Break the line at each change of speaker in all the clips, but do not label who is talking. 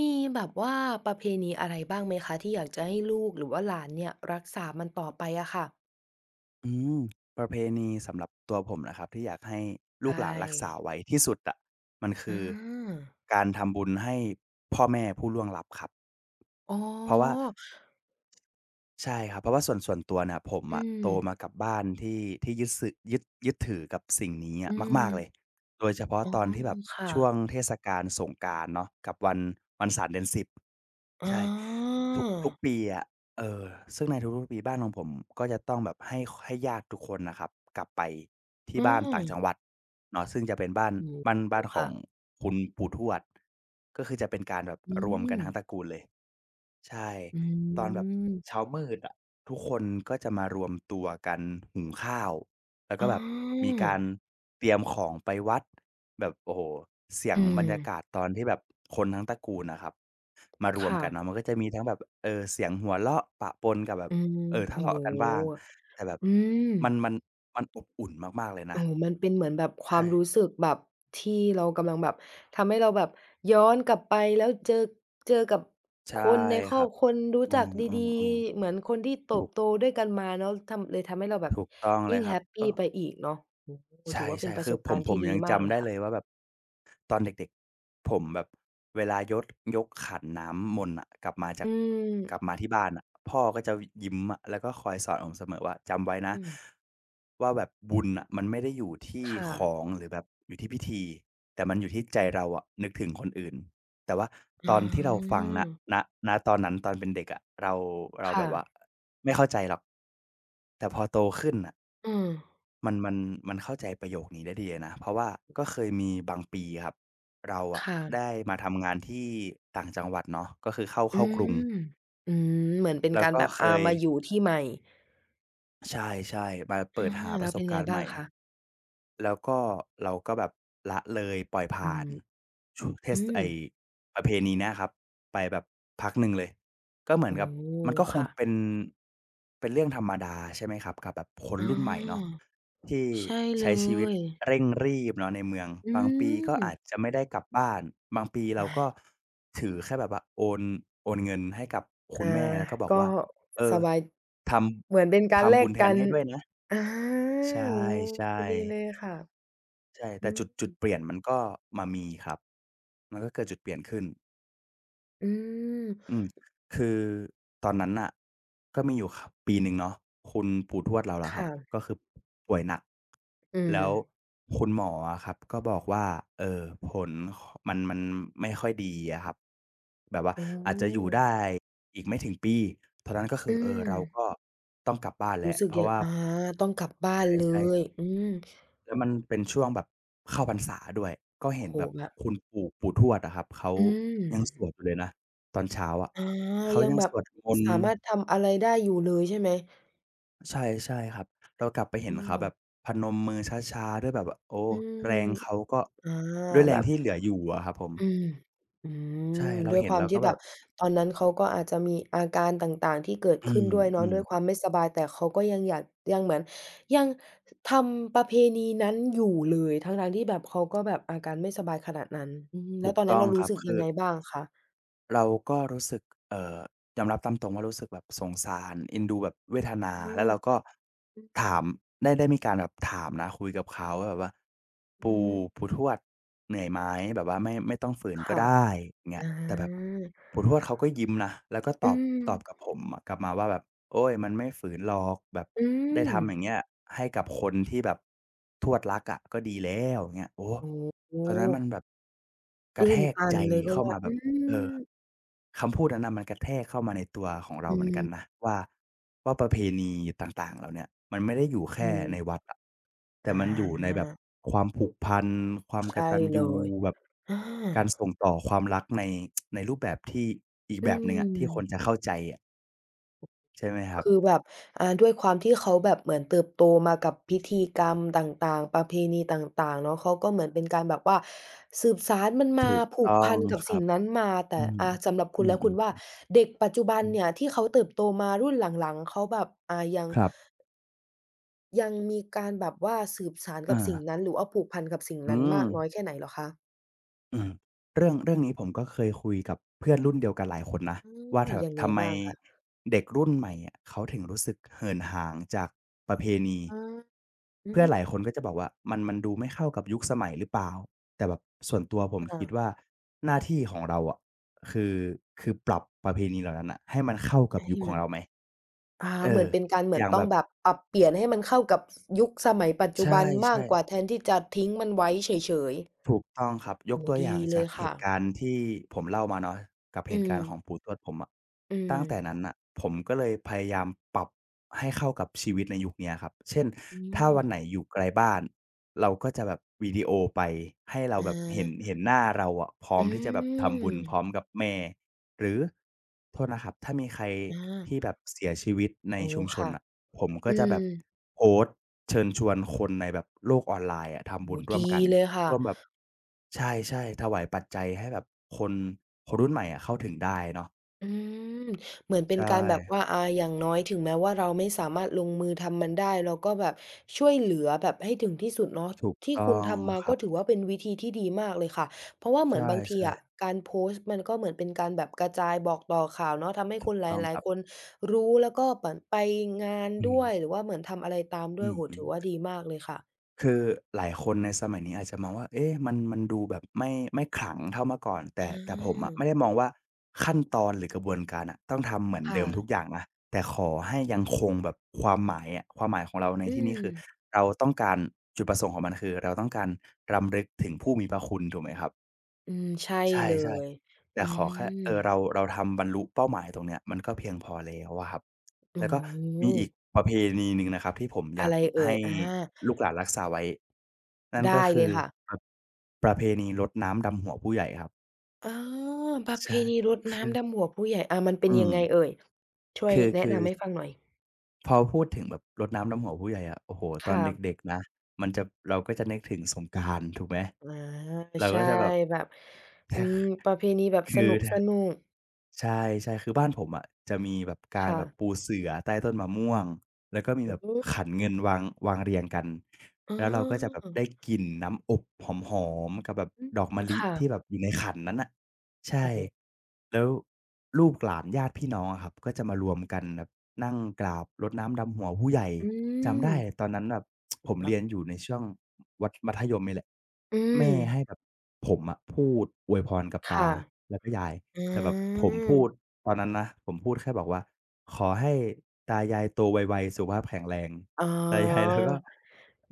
มีแบบว่าประเพณีอะไรบ้างไหมคะที่อยากจะให้ลูกหรือว่าหลานเนี่ยรักษามันต่อไปอะค่ะ
อืมประเพณีสำหรับตัวผมนะครับที่อยากให้ลู
ใช่
กหลานรักษาไว้ที่สุดอะมันคื
อา
อการทำบุญให้พ่อแม่ผู้ล่วงลับครับ
อ๋อ
เพราะว่าใช่ครับเพราะว่าส่วนตัวเนี่ยผม
อื
อะ
ม
โตมากับบ้านที่ยึดสึยึดยึดถือกับสิ่งนี้
อื
อะ
ม
มากๆเลยโดยเฉพาะ
อ๋อ
ตอนที่แบบ
ค่ะ
ช่วงเทศกาลสงกรานต์เนาะกับวันศาสตร์เดือนสิบ
อ๋
ใช่
อ
ทุกปีอะเออซึ่งในทุกๆปีบ้านของผมก็จะต้องแบบให้ญาติทุกคนน่ะครับกลับไปที่
อื
บ้านต่างจังห
ม
วัดเนาะซึ่งจะเป็นบ้าน
โอ้
บ้าน
โฮ
บ้านของ
ค่ะ
คุณปู่ทวดก็คือจะเป็นการแบบ
อื
รวมกั
ม
นทั้งตระกูลเลย ใช่
อื
ตอนแบบ
ม
เช้ามืดอะทุกคนก็จะมารวมตัวกันหุงข้าวแล้วก็
อ๋
แบบมี
อ
การเตรียมของไปวัดแบบโอ้โฮเสียง
อื
บร
ม
รยากาศตอนที่แบบคนทั้งตระกูลอะครับมารวม
ค่ะ
กันเนาะมันก็จะมีทั้งแบบเสียงหัวเราะปะปนกับแบบ
อืม
ทะ
โอ้โ
เลาะกันบ้าง
ฮ
แต่แบบ
อืม
มันมันมันอบอุ่นมากๆเลย
โอ้
นะ
โฮมันเป็นเหมือนแบบควา
ใช่
มรู้สึกแบบที่เรากำลังแบบทำให้เราแบบย้อนกลับไปแล้วเจอเจอกับค
ใช่
นในค
ค
รอ
รั
บ
บ
คนรู้
อื
จักดี
อ
ๆเหมื
ๆ
อนคนที่โต
ๆถู
บ
ก
โตด้วยกันมาเนาะทำเลยทำให้เราแบบ
ถูกต้องเล
ยิ่
ย
ง
ครั
แฮ
บ
ปปี
ก็
ไปอีกเนาะโอ้โฮ
ใช
ถือว่าเป็น
่
ป
ๆ
ระ
คื
ส
อ
บ
ผ
กา
ม
รณ์
ผ
ที่
ม
ดี
ยัง
มากเล
จำ
ย
ได้เลย
ค่ะ
ว่าแบบตอนเด็กๆผมแบบเวลายดยกขันน้ำมนต์อะกลับมาจา
อื
กกลับ
ม
มาที่บ้านอะพ่อก็จะยิ้มอะแล้วก็คอยสอนผมเสมอว่าจำไว้นะ
อืม
ว่าแบบบุญอะมันไม่ได้อยู่ที่
ค่ะ
ของหรือแบบอยู่ที่พิธีแต่มันอยู่ที่ใจเราอะนึกถึงคนอื่นแต่ว่าต
อ๋อ
อนที่เราฟังณณตอนนั้นตอนเป็นเด็กอะเราแบ
ค่ะ
บว่าไม่เข้าใจหรอกแต่พอโตขึ้นน่ะ
อืม
มันมันมันเข้าใจประโยคนี้ได้ดีเลยนะเพราะว่าก็เคยมีบางปีครับเราอะ
ค่ะ
ได้มาทำงานที่ต่างจังหวัดเนาะก็คือเข้า
อื
เข้ากรุง
มอืมเหมือนเป็น
แล้ว
การ
ก็
แบบ
เคย
มาอยู่ที่ใหม่
ใช่มาเปิ
อา
ดหาป
แล้
ระ
ว
ส
เป็
บ
นไง
การณ์ให
บ้าง
ม่
คะ
แล้วก็เราก็แบบละเลยปล่อย
อื
ผ่า
ม
นชเท
อื
ศ
ม
ไอ้ประเพณีเนี้ยครับไปแบบพักหนึ่งเลยก็เหมือน
โอ้
กับมันก็คง
ค่ะ
เป็นเป็นเรื่องธรรมดาใช่ไหมครับกับแบบคน
อา
รุ่นใหม่เนาะ
อ
ที่
ใช่เล
ใช้ชีวิต
ย
เร่งรีบเนาะในเมือง
อื
บางปีก็
ม
อาจจะไม่ได้กลับบ้านบางปีเรา
อา
ก็ถือแค่แบบว่าโอนเงินให้กับ
อ
คุณแม่
า
แล้วก็บอก
ก็
ว่าเอ
ส
อ
บาย
ท
เหมือนเป็น
ำ
การแล
ทำบุ
ก
ญแท
กั
น
น
ให้ด้วยนะ
อา
ใ
โอ้โฮ
ช่
ดีเลย
ๆ
ค่ะ
ใช่แต่
อื
จุด
ม
เปลี่ยนมันก็มามีครับมันก็เกิดจุดเปลี่ยนขึ้น
อืม
อืมคือตอนนั้นน่ะก็มีอยู่ปีหนึ่งเนาะคุณปู่ทวดเราล่ะครับ
ค่ะ
ก็คือป่วยหนัก
อืม
แล้วคุณหมออะครับก็บอกว่าผลขมันไม่ค่อยดีอะครับแบบว่า
อ๋
อาจจะอยู่
อ
ได้อีกไม่ถึงปีตอนนั้นก็คื
อื
อเออเราก็
ม
ต้องกลับบ้านแล้
รู้
ว
สึก
เพราะ
ยัง
ว่า
อาต้องกลับบ้านเล
ใช่ค
ย
รับ
อืม
แล้วมันเป็นช่วงแบบเข้าพรรษาด้วยก็
โอ้
เห็น
โฮ
แบบ
แบบ
คุณปู่ทวดอะครับเขา
อืม
ยังสวดอยู่เลยนะตอนเช้าอะ
อา
เขา
ยัง
ยัง
แบ
ส
บ
วดมนต์
สามารถทำอะไรได้อยู่เลยใช่ไหม
ใช่ครับเรากลับไปเห็น
อ้
เขา
อ
แบบพนมมือช้าๆด้วยแบบว่าโอ้
อื
แรงเขา
ม
ก็
อา
ด้วยแร
แบ
ง
บ
ที่เหลืออยู่อะครับผม
อืมอื
ใช่
ม
เรา
ด้วย
เห็
ค
น
วาม
เราก็
ที่
แบ
แบ
บ
บตอนนั้นเขาก็อาจจะมีอาการต่างๆที่เกิด
อื
ขึ้นด้วยเนาะ
ม
ด้วยความไม่สบายแต่เขาก็ยังอยากยังเหมือนยังทำประเพณีนั้นอยู่เลยทั้งๆที่แบบเขาก็แบบอาการไม่สบายขนาดนั้นอืม
ๆ
แล้
ถู
ว
ก
ตอนนั้
ต้
น
อง
เรา
ค
รู้
รับ
สึก
คื
ยัง
อ
ไงบ้างคะ
เราก็รู้สึกเอ่อยอมรับตามตรงว่ารู้สึกแบบสงสารเอ็นดูแบบเวทนา
อื
แล้
ม
วเราก็
อือ
ถามได้มีการแบบถามนะคุยกับเขาว่าแบบว่า
อื
ปู่
ม
ปู่ทวดเหนื่อยไหมแบบว่าไม่ต้องฝืนก็
ค่ะ
ได้อย่าง
อ
เงี้ยแต่แบบ
า
ปู่ทวดเขาก็ยิ้มนะแล้วก็ต
อื
อบ
ม
ตอบกับผมอะกลับมาว่าแบบโอ๊ยมันไม่ฝืนหรอกแบบ
อื
ได้
ม
ทำอย่างเงี้ยให้กับคนที่แบบทวดรักอะก็ดีแล้วอย่างเงี้ยโอ้โฮ
โอ้โฮ
ตอนนั้นมันแบบกระ
ตื้
แท
น
ก
ตัน
ใจ
เลยก็
เข้า
ว่า
มาแบ
อื
บ เออ
ม
คำพูดนั้นน่ะมันกระแทกเข้ามาในตัวของเรา
อื
เหมือนกันนะว่าว่าประเพณีต่างๆเราเนี่ยมันไม่ได้อยู่
ม
แค่ใน
ๆ
วัดอะแต่
อ
มันอยู่ในแบ
า
บความผูกพันความก
ใช่
ตัญ
เล
ญู
ย
แบบ
อา
การส่งต่อความรักในในรูปแบบที่อีก
อื
แบบหนึ่ง
ม
อะที่คนจะเข้าใจอะใช่ไหมครับ
คือแบบด้วยความที่เขาแบบเหมือนเติบโตมากับพิธีกรรมต่างๆประเพณีต่างๆเนาะเขาก็เหมือนเป็นการแบบว่าสืบสานมันมา
ถูก
ผู
ต้
ก
อ
พั
ง
นกับ
ครั
สิ่ง
บ
นั้นมาแต่
อืม
สำหรับคุ
อื
ณแล้วคุณว่า
อๆ
เด็กปัจจุบัน
อื
เนี่ย
ม
ที่เขาเติบโตมารุ่นหลังๆเขาแบบยัง
ครับ
ยังมีการแบบว่าสืบสานกั
อา
บสิ่งนั้นหรือว่าผูกพันกับสิ่ง
อื
นั้น
ม
มากน้อยแค่ไหนเหรอคะ
อืมเรื่องนี้ผมก็เคยคุยกับเพื่อนรุ่นเดียวกันหลายคนนะว่า
อายังไง
ทำไม
บ้างคะ
เด็กรุ่นใหม่อะเขาถึงรู้สึกเหินห่างจากประเพณี
อาอื
เพื่อ
ม
นหลายคนก็จะบอกว่ามันดูไม่เข้ากับยุคสมัยหรือเปล่าแต่แบบส่วนตัวผมคิด
ค่ะ
ว่าหน้าที่ของเราอะคือคือปรับประเพณีเหล่านั้นน่ะให้มันเข้ากับยุ
ให้
คของ
มัน
เราไหม
อา
เอ
เหมื
อ
อนเป็นการเหมื
อ
อน
ย่าง
ต้
แบ
อง
บ
แบบปรับเปลี่ยนให้มันเข้ากับสยุคสมัยปัจ
ใช
จุบันมาก
่
กว่าแท
ๆ
นที่จะทิ้งมันไว้เฉยๆ
ถูกต้องครับยก
โอ้
ตัวอ
ดี
ย่าง
เล
จาก
ย
เห
ค่ะ
ตุการณ์ที่ผมเล่ามาเนาะกับเห
อื
ตุ
ม
การณ์ของปู่ทวดผมอะ
อื
ตั้
ม
งแต่นั้นน่ะผมก็เลยพยายามปรับให้เข้ากับชีวิตในยุคเนี้ยครับเช่น
อื
ถ้า
ม
วันไหนอยู่ไกลบ้านเราก็จะแบบวิดีโอไปให้เรา
อ
แบบเห็น
า
เห็นหน้าเราอะพร้อม
อื
ที่จะแบบทำ
ม
บุญพร้อมกับแม่หรือโทษนะครับถ้ามีใคร
อา
ที่แบบเสียชีวิตใน
โอ้
ชุมชน
ค่ะ
น่ะผมก็
อื
จะแบ
ม
บโพสต์เชิญชวนคนในแบบโลกออนไลน์อะ
โอ้
ทำ
โฮ
บุญร่วม
ดี
กัน
เลยค่ะ
รวมแบบใช่ๆถวายปัจจัยให้แบบคนคนรุ่นใหม่อะเข้าถึงได้เนาะ
อืมเหมือนเป็น
ใช่
การแบบว่าอาอย่างน้อยถึงแม้ว่าเราไม่สามารถลงมือทำมันได้เราก็แบบช่วยเหลือแบบให้ถึงที่สุดเนาะ
ถูก
ที่
ต้
คุ
อ
ณ
ง
ทำมา
ครั
ก็
บ
ถือว่าเป็นวิธีที่ดีมากเลยค่ะเพราะว่าเห
ใช
มือนบางที
่
อะการโพสต์มันก็เหมือนเป็นการแบบกระจายบอกต่อข่าวเนาะทำให้
ๆถู
ค
ก
นห
ต้อง
ลา
ค
ย
รับ
ๆคนรู้แล้วก็เหมือนไปงาน
อืม
ด้วยหรือว่าเหมือนทำอะไรตาม
อื
ด้วยโอ้โฮ
ม
ถือว่า
ๆ
ดีมากเลยค่ะ
คือหลายคนในสมัยนี้อาจจะมองว่าเอ๊ะมันมันดูแบบไม่ขลังเท่าเมื่อก่อนแต่
อ
แต่ผมอะไม่ได้
า
มองว่าขั้นตอนหรือกระบวนการอะต้องทำเหมือนเดิ
ค่ะ
มทุกอย่างนะแต่ขอให้ยังคงแบบความหมายอะความหมายของเราใน
อื
ที่นี้
ม
คือเราต้องการจุดประสงค์ของมันคือเราต้องการรำลึกถึงผู้มีพระคุณถูกไหมครับ
อืมใช่
ใช
เล
่
ย
ๆแต่
อื
ขอแค่
ม
เราทำบรรลุเป้าหมายตรงเนี้ยมันก็เพียงพอแล้วอะครับ
โอ้
แล้วก็
โฮ
มีอีกประเพณีหนึ่งนะครับที่ผมอ
อะ
ยาก
ไรเอ่
ให้
ยอา
ลูกหลานรักษาไว้นั่นก็
ได้เล
คือ
ยค่ะ
ครบประเพณีรดน้ำดำหัวผู้ใหญ่ครับ
อาประเพ
ใช่
ณีรด
คือ
น้ำดำหัวผู้ใหญ่อามันเป็
อื
นยั
ม
งไงเอ่ยช่วย
คือ
แนะ
คือ
นำให้ฟังหน่อย
พอพูดถึงแบบรดน้ำดำหัวผู้ใหญ่อะโอ้โฮตอน
ค่ะ
เด็กๆนะมันจะเราก็จะนึกถึงสงกรานต์ถูกไหม
อา
เราก็
ใช่
จะแบบ
แบบ
แท
อืมประเพณีแบบส
คือ
นุก
ท ใช่คือบ้านผมอะจะมีแบบกา
ๆ
ร
ค่ะ
แบบปูเสื่อใต้ต้นมะม่วงแล้วก็มี
อื
แบบ
ม
ขันเงินวางเรียงกันแล้วเราก็จะแบบ
อ
ได้
อ
กลิ่นน้ำอบหอมๆกับแบบ
อื
ดอกมะ
ม
ลิ
ค่ะ
ที่แบบอยู่ในขันนั้นน่ะใช่
โอ้โฮ
แล้วลูกหลานญาติพี่น้องอะครับก็จะมารวมกันแบบนั่งกราบรดน้ำดำหัวผู้ใหญ่
อื
จำ
ม
ได้ตอนนั้นแบบผม
แบ
เรี
บ
ยนอยู่ในช่วงวัดมัธยมนี่แหละ
อืม
แม่ให้แบบผมอะพูดอวยพรกับตา
ค่ะ
แล้วก็ยาย
อ
แต่แบบผมพูด
า
ตอนนั้นนะผมพูดแค่บอกว่าขอให้ตายายโตไวๆสุขภาพแข็งแรง
อ๋อ
ตายายแล้วก็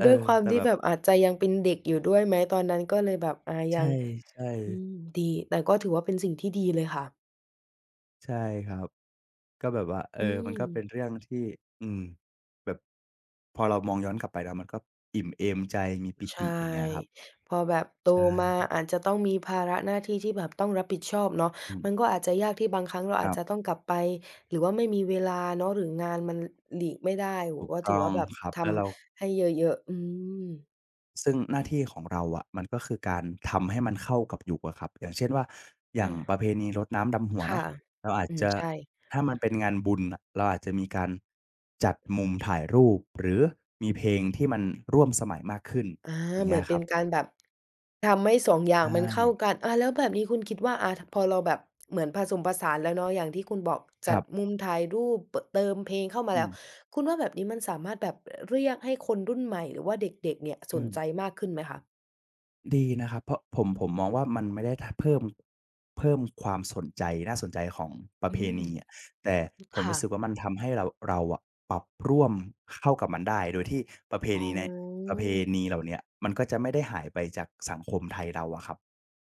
เอ
ด้วย
อ
ความ
แต่
ที่
แบบ
แบบอาจจะยังเป็นเด็กอยู่ด้วยไหมตอนนั้นก็เลยแบบอายั
ใช่
ง
ใช่
อืมดีแต่ก็ถือว่าเป็นสิ่งที่ดีเลยค่ะ
ใช่ครับก็แบบว่าเอ
อื
อมัน
ม
ก็เป็นเรื่องที่อืมแบบพอเรามองย้อนกลับไปแล้วมันก็อิ่มเอมใจมีปิติ
ใช่
อย่างเงี้ยครับ
พอแบบโตมา
ใช่
อาจจะต้องมีภาระหน้าที่ที่แบบต้องรับผิดชอบเนาะ
อื
มัน
ม
ก็อาจจะยากที่บางครั้งเรา
ค
อา
รั
จจะต้อ
บ
งกลับไปหรือว่าไม่มีเวลาเนาะหรืองานมันหลีกไม่ได้โอ้โฮ
ถูก
ก็ถื
ต้
อ
อง
ว่าแบบ
ครับ
ท
แล้วเรา
ำให้เยอะๆอืม
ซึ่งหน้าที่ของเราอะมันก็คือการทำให้มันเข้ากับหยวกอะครับอย่างเช่นว่าอย่างป
อา
ระเพณีรดน้ำดำหัว
ค่ะ
เนาะเราอาจ
อืม
จะ
ใช่
ถ้ามันเป็นงานบุญน่ะเราอาจจะมีการจัดมุมถ่ายรูปหรือมีเพลงที่มันร่วมสมัยมากขึ้น
อา
อย่าง
เห
เงี้
มือ
ย
น
ค
เป็
รั
นกา
บ
รแบบทำให้สองอย่า
ใช
งมันเข้า
่
กันอาแล้วแบบนี้คุณคิดว่าอาพอเราแบบเหมือนผสมผสานแล้วเนาะอย่างที่คุณบอก
ค
จั
รั
ด
บ
มุมถ่ายรูปเปอเติมเพลงเข้ามา
อื
แล้ว
ม
คุณว่าแบบนี้มันสามารถแบบอเรียกให้คนรุ่นใหม่หรือว่าเด็กๆเนี่ยส
อื
น
ม
ใจมากขึ้นไหมคะ
ดีนะครับเพราะผมมองว่ามันไม่ได้ทเพิ่มเพิ่มความสนใจน่าสนใจของประ
อื
เพ
ม
ณีอะแต่ผม
ค่ะ
รู้สึกว่ามันทำให้เราอะปรับร่วมเข้ากับมันได้โดยที่ประเพ
อ๋
ณีในป
อ
ระเพณีเหล่าเนี้ยมันก็จะไม่ได้หายไปจากสังคมไทยเราอะครับ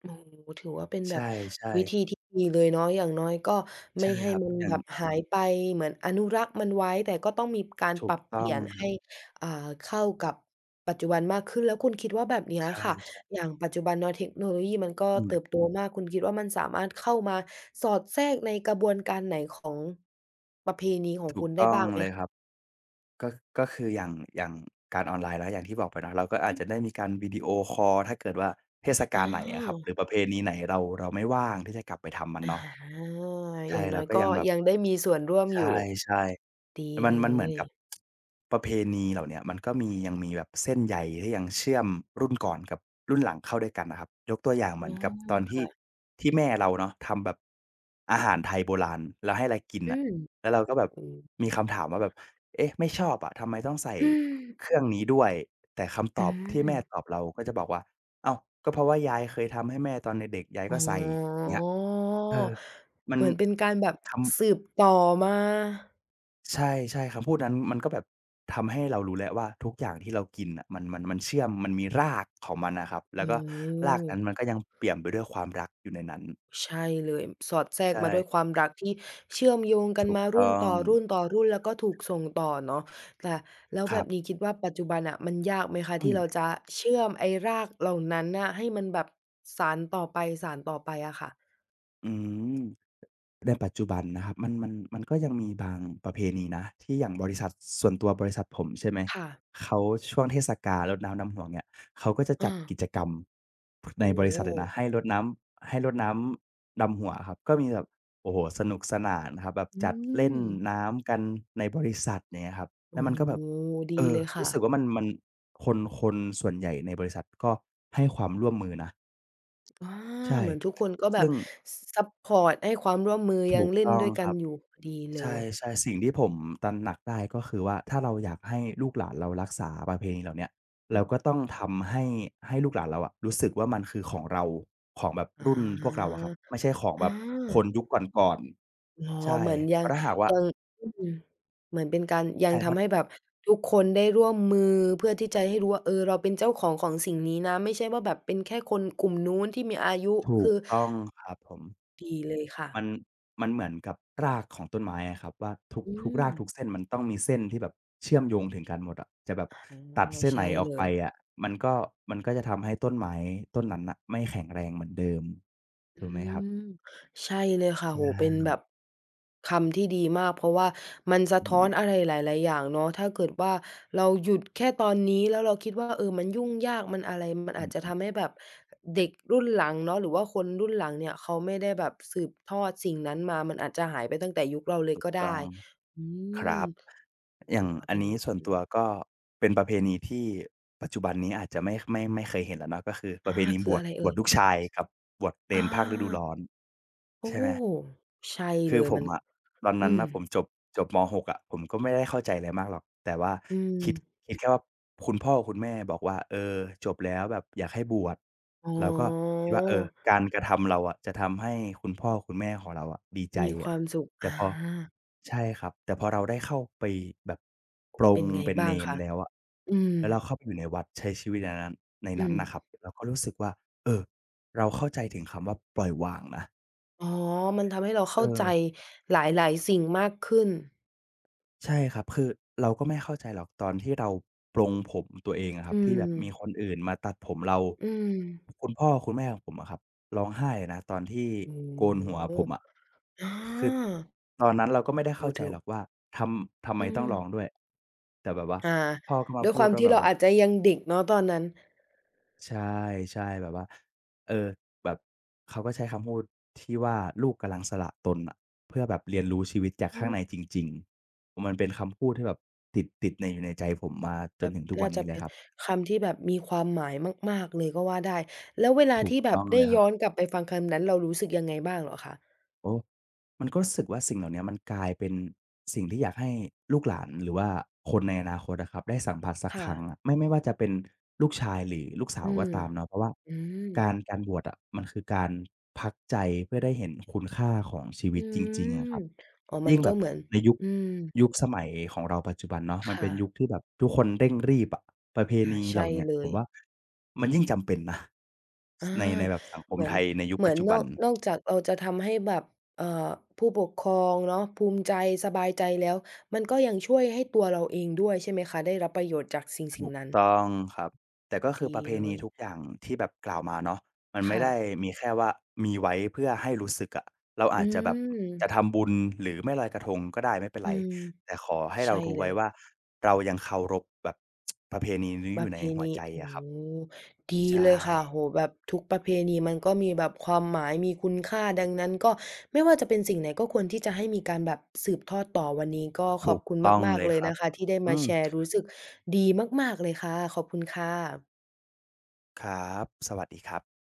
โอ้โฮถือว่าเป็น
ใช
แบบ
่
วิธี
ๆ
ที่ดีเลยเนาะอย่างน้อยก็ไม่
ใช่
ให้
ครับ
มัน
อย่า
แบ
ง
บหายไปเหมือนอนุรักษ์มันไว้แต่ก็ต้องมีการ
ถู
ป
ก
รับเป
ต้อ
ลี่
ง
ยน
ครั
ให้
บ
อ่าเข้ากับปัจจุบันมากขึ้นแล้วคุณคิดว่าแบบเนี้ย
ใช
ค่ะ
่
อย่างปัจจุบันเนาะเทคโนโลยีมันก็
ๆอืม
เติบโตมากคุณคิดว่ามันสามารถเข้ามาสอดแทรกในกระบวนการไหนของประเพณีของ
ถู
คุ
ก
ณได้
ต้อง
บ้างไหม
เลย
คะ
ครับ ก็ก็คืออย่าง อย่างการออนไลน์แล้วอย่างที่บอกไปเนาะเราก็อาจจะได้มีการวิดีโอคอลถ้าเกิดว่าเทศ
อา
กาลไหนอะครับ
ว
หรือประเพณีไหนเราไม่ว่างที่จะกลับไปทำมัน
อ
เนาะ
าอ
ใช่
ย่างน้
เรา
อย
ก็ยั
ก็
งแบบ
ยังได้มีส่วนร่วม
ใ
อยู่
ช่
ดี
ๆ มัน
เล
มันเหมือน
ย
กับประเพณีเหล่าเนี้ยมันก็มียังมีแบบเส้นใยที่ยังเชื่อมรุ่นก่อนกับรุ่นหลังเข้าด้วยกันน่ะครับยกตัวอย่างเหมื
อ๋
อน
อ
กับตอนที่
ค่ะ
ที่แม่เราเนาะทำแบบอาหารไทยโบราณแล้วให้เรากิน
อื
น่ะ
ม
แล้วเราก็แบบ
อืม
มีคำถามว่าแบบเอ๊ะไม่ชอบอะทำไมต้องใส่เค รื่องนี้ด้วยแต่คำต
อื
อบที่
ม
แม่ตอบเราก็จะบอกว่าอ้าวก็เพราะว่ายายเคยทำให้แม่ตอนเด็กๆยาย
อ๋
ก็ใส่
อ
เงี้ยเออมัน
เหมือนเป็นการแบบสื
ทำ
บต่อมา
ใช่ใช่คำพูดนั้นมันก็แบบทำให้เรารู้แล้วว่าทุกอย่างที่เรากินน่ะมันเชื่อมมันมีรากของมันน่ะครับ
โอ
แล้วก็ราก
้
นั้นมันก็ยังเปี่ยมไปด้วยความรักอยู่ในนั้น
ใช่เลยสอดแทรก
ใช่
มาด้วยความรักที่เชื่อมโยงกัน
ถูก
มารุ่
ต้
น
อง
ต่อรุ่นต่อรุ่นแล้
ค
ว
รั
ก็ถู
บ
กส่งต่อเนาะแต่แล้ว
ค
แบ
รั
บนี้
บ
คิดว่าปัจจุบันน่ะมันยากไหมคะ
อื
ที่
ม
เราจะเชื่อมไอ้รากเหล่านั้นน่ะให้มันแบบสานต่อไปสานต่อไปอะค่ะ
อืม ในปัจจุบันนะครับมันก็ยังมีบางประเพณีนะที่อย่างบริษัทส่วนตัวบริษัทผมใช่ไหม
ค่ะ
เขาช่วงเทศกาลรดน้ำดำหัวเนี่ยเขาก็จะจั
อา
ดกิจกรรม
โอ
ในบริษัทเลยนะ
้
ให้รดน้ำให้รดน้ำดำหัวครับก็มีแบบโอ้โฮสนุกสนานครับแบบ
อื
จัดเล่น
ม
น้ำกันในบริษัทอย่างเงี้ยครับแล้ว
โอ้
มันก็แบบ
โฮดี
เออ
เลยค่ะ
รู้สึกว่ามันคนส่วนใหญ่ในบริษัทก็ให้ความร่วมมือนะ
อา
ใช่
เหมือนทุกคนก็แบบ
ซึ่ง
ซัปพอร์ตให้ความร่วมมือยั
ถู
ง
ก
เล่น
ต้อง
ด้วย
ค
กัน
รับ
อยู่ดีเล
ใช่
ย
ใช่สิ่งที่ผมตระหนักได้ก็คือว่าถ้าเราอยากให้ลูกหลานเรารักษาประเพณีเหล่าเนี้ย
อื
เราก็
ม
ต้องทำให้ให้ลูกหลานเราอะรู้สึกว่ามันคือของเราของแบบ
อ
รุ่นพวกเรา
า
อะครับไม่ใช่ของแบ
อา
บคนยุคก่อน
อ๋อ
ๆใช่
เหมือนยั
เพ
ง
ราะถ้าหากว่า
ยังอืมเหมือนเป็นการยั
ใช่
ง
เพราะ
ทำให้แบบทุกคนได้ร่วมมือเพื่อที่จะให้รู้ว่าเออเราเป็นเจ้าของของสิ่งนี้นะไม่ใช่ว่าแบบเป็นแค่คนกลุ่มนู้นที่มีอายุ
ถู
คื
ก
อ
ต้องครับผม
ดีเลยค่ะ
มันมันเหมือนกับรากของต้นไม้อะครับว่าทุก
อื
ทุก
ม
รากทุกเส้นมันต้องมีเส้นที่แบบเชื่อมโยงถึงกันหมดอะจะแบบ
อา
ตัดเส้นไหน
ใช่
ออก
เล
ไป
ย
อะมันก็มันก็จะทำให้ต้นไม้ต้นนั้นน่ะไม่แข็งแรงเหมือนเดิม
อื
ถูกไหมครับ
มใช่เลยค่ะ
ใช
โหเป็น
่
แบบคำที่ดีมากเพราะว่ามันสะ
อื
ท้อนอะ
ม
ไรหลายๆอย่างเนาะถ้าเกิดว่าเราหยุดแค่ตอนนี้แล้วเราคิดว่าเออมันยุ่งยากมันอะไรมัน
อ
อาจจะ
ือ
ทำให้แบบเด็กรุ่นหลังเนาะหรือว่าคนรุ่นหลังเนี่ยเขาไม่ได้แบบสืบทอดสิ่งนั้นมามันอาจจะหายไปตั้งแต่ยุคเราเลย
ถูก
ก็
ต้อ
ได้
ง
อื
ค
ม
รับอย่า
ถื
ง
อว่า
อัน
เป็น
นี้ส่วน
อื
ตั
ม
วก็เป็นประเพณีที่ปัจจุบันนี้อาจจะไม่เคยเห็นแล้วเนาะก็คือป
อา
ระเพณีบ
คือ
ว
อะ
ช
ไร
บ
เอ่
วช
ย
ลูกชายกับบวชเณ
อ
รภาคฤดู
า
ร้อน
โอ้
ใช่ไหม
ใช่
คื
เล
อ
ย
ผม
มัน
อะตอน
อื
นั้น
ม
น่ะผมจบม6อะผมก็ไม่ได้เข้าใจอะไรมากหรอกแต่ว่า
อื
คิด
ม
คิดแค่ว่าคุณพ่อคุณแม่บอกว่าเออจบแล้วแบบอยากให้บวช
อ๋
เราก็
อ
คิดว่าเออการกระทำเราอะจะทำให้คุณพ่อคุณแม่ของเราอะดีใจ
มีค
อะ
วามสุข
แต่
อา
พอใช่ครับแต่พอเราได้เข้าไปแบบปล
เป็
ง
นไง
เป็นเณ
บ้าง
ร
คะ
แล้วอะ
อืม
แล้วเราเข้าไปอยู่ในวัดใช้ชีวิตในนั้นใน
อื
นั้น
ม
น่ะครับเราก็รู้สึกว่าเออเราเข้าใจถึงคำว่าปล่อยวางนะ
อ๋อมันทำให้เราเข้าใจ
เออ
หลายๆสิ่งมากขึ้น
ใช่ครับคือเราก็ไม่เข้าใจหรอกตอนที่เราปลงผมตัวเองอะค
อื
รับที่แบบมีคน
ม
อื่นมาตัดผมเรา
อืม
คุณพ่อคุณแม่ของผมอะครับร้องไห้นะตอนที่
โอ้
โกนหัว
โฮ
ผมอะ
อา
คือตอนนั้นเราก็ไม่ได้
โอ้
เข้า
โฮ
ใจ
ถือ
หรอกว่าทำไม
อื
ต้อ
ม
งร้องด้วยแต่แบบว่า
อา
พ่อก็มา
ด้วยค
พูด
วาม
ว่า
ที่
แบบ
เรา
ว่า
อาจจะยังเด็กเนาะตอนนั้น
ใช่ใช่แบบว่าเออแบบเขาก็ใช้คำพูดที่ว่าลูกกำลังสละตนอะเพื่อแบบเรียนรู้ชีวิตจาก
อื
ข้างใน
ม
จริงๆมันเป็นคำพูดที่แบบติดในอยู่ในใจผมมาจ
แบ
น
บ
ถึงทุกวั
น่า
น
จะ
นี้เลย
เป็น
ครับ
คำที่แบบมีความหมายมากๆเลยก็ว่าได้ แล้วเวลา
ถูก
ที่แบ
ต้
บ
องเล
ได้
ยครับ
ย้อนกลับไปฟังคำนั้นเรารู้สึกยังไงบ้างเหรอคะ
โอ้มันก็รู้สึกว่าสิ่งเหล่าเนี้ยมันกลายเป็นสิ่งที่อยากให้ลูกหลานหรือว่าคนในอนาคตอะครับได้สัมผัสสักค
ค่ะ
รั้งอะไม่ว่าจะเป็นลูกชายหรือลูกสา
อื
วก็
ม
ตามเนาะเพราะว่า
อืม
การบวชอะมันคือการพักใจเพื่อได้เห็นคุณค่าของชีวิ
อื
ตจริงๆอะค
ม
รับ
อ๋อมัน
ยิ่งแบ
ก็
บ
เหมือน
ในยุค
อืม
ยุคสมัยของเราปัจจุบันเนาะมันเป็
ค่ะ
นยุคที่แบบทุกคนเร่งรีบอะประเพ
อา
ณีเห
ใช่
ล่าเนี้ย
เล
ผ
ย
มว่ามันยิ่งจำเป็นนะ
อา
ในแบบสังค
เห
ม
มือ
ไท
น
ยในยุค
เหมื
ปั
อ
จ
น
จุ
น
บั
อ
น
กนอกจากเราจะทำให้แบบเอ่อผู้ปกครองเนาะภูมิใจสบายใจแล้ว มันก็ยังช่วยให้ตัวเราเองด้วยใช่ไหมคะ ได้รับประโยชน์จากสิ่ง
ถูก
ๆนั้น
ต้องครับแต่ก็คือ
ดี
ประเพ
เล
ณี
ย
ทุกอย่างที่แบบกล่าวมาเนาะมันไม่
ค่ะ
ได้มีแค่ว่ามีไว้เพื่อให้รู้สึกอะเรา
อื
อาจจะแบบ
ม
จะทำบุญหรือไม่ลอยกระทงก็ได้ไม่เป็น
อื
ไร
ม
แต่ขอให้เรา
ใช่
รู้
เล
ไว้
ย
ว่าเรายังเคารพแบบประเพณีนี้
ป
อ
ระ
ยู่
เพ
ในหัว
ณี
ใจ
โอ้
อะครับ
ดี
ใช่
เลยค่ะโอ้โฮแบบทุกประเพณีมันก็มีแบบความหมายมีคุณค่าดังนั้นก็ไม่ว่าจะเป็นสิ่งไหนก็ควรที่จะให้มีการแบบสืบทอดต่อวันนี้ก็ข
ถู
อบ
ก
คุณ
ต้อง
มาก
เล
ๆ
ย
เล
ค
ย
รับ
นะคะที่ได้
อื
มา
ม
แชร์รู้สึกดีมากๆเลยค่ะขอบคุณค่ะ
ครับสวัสดีครับ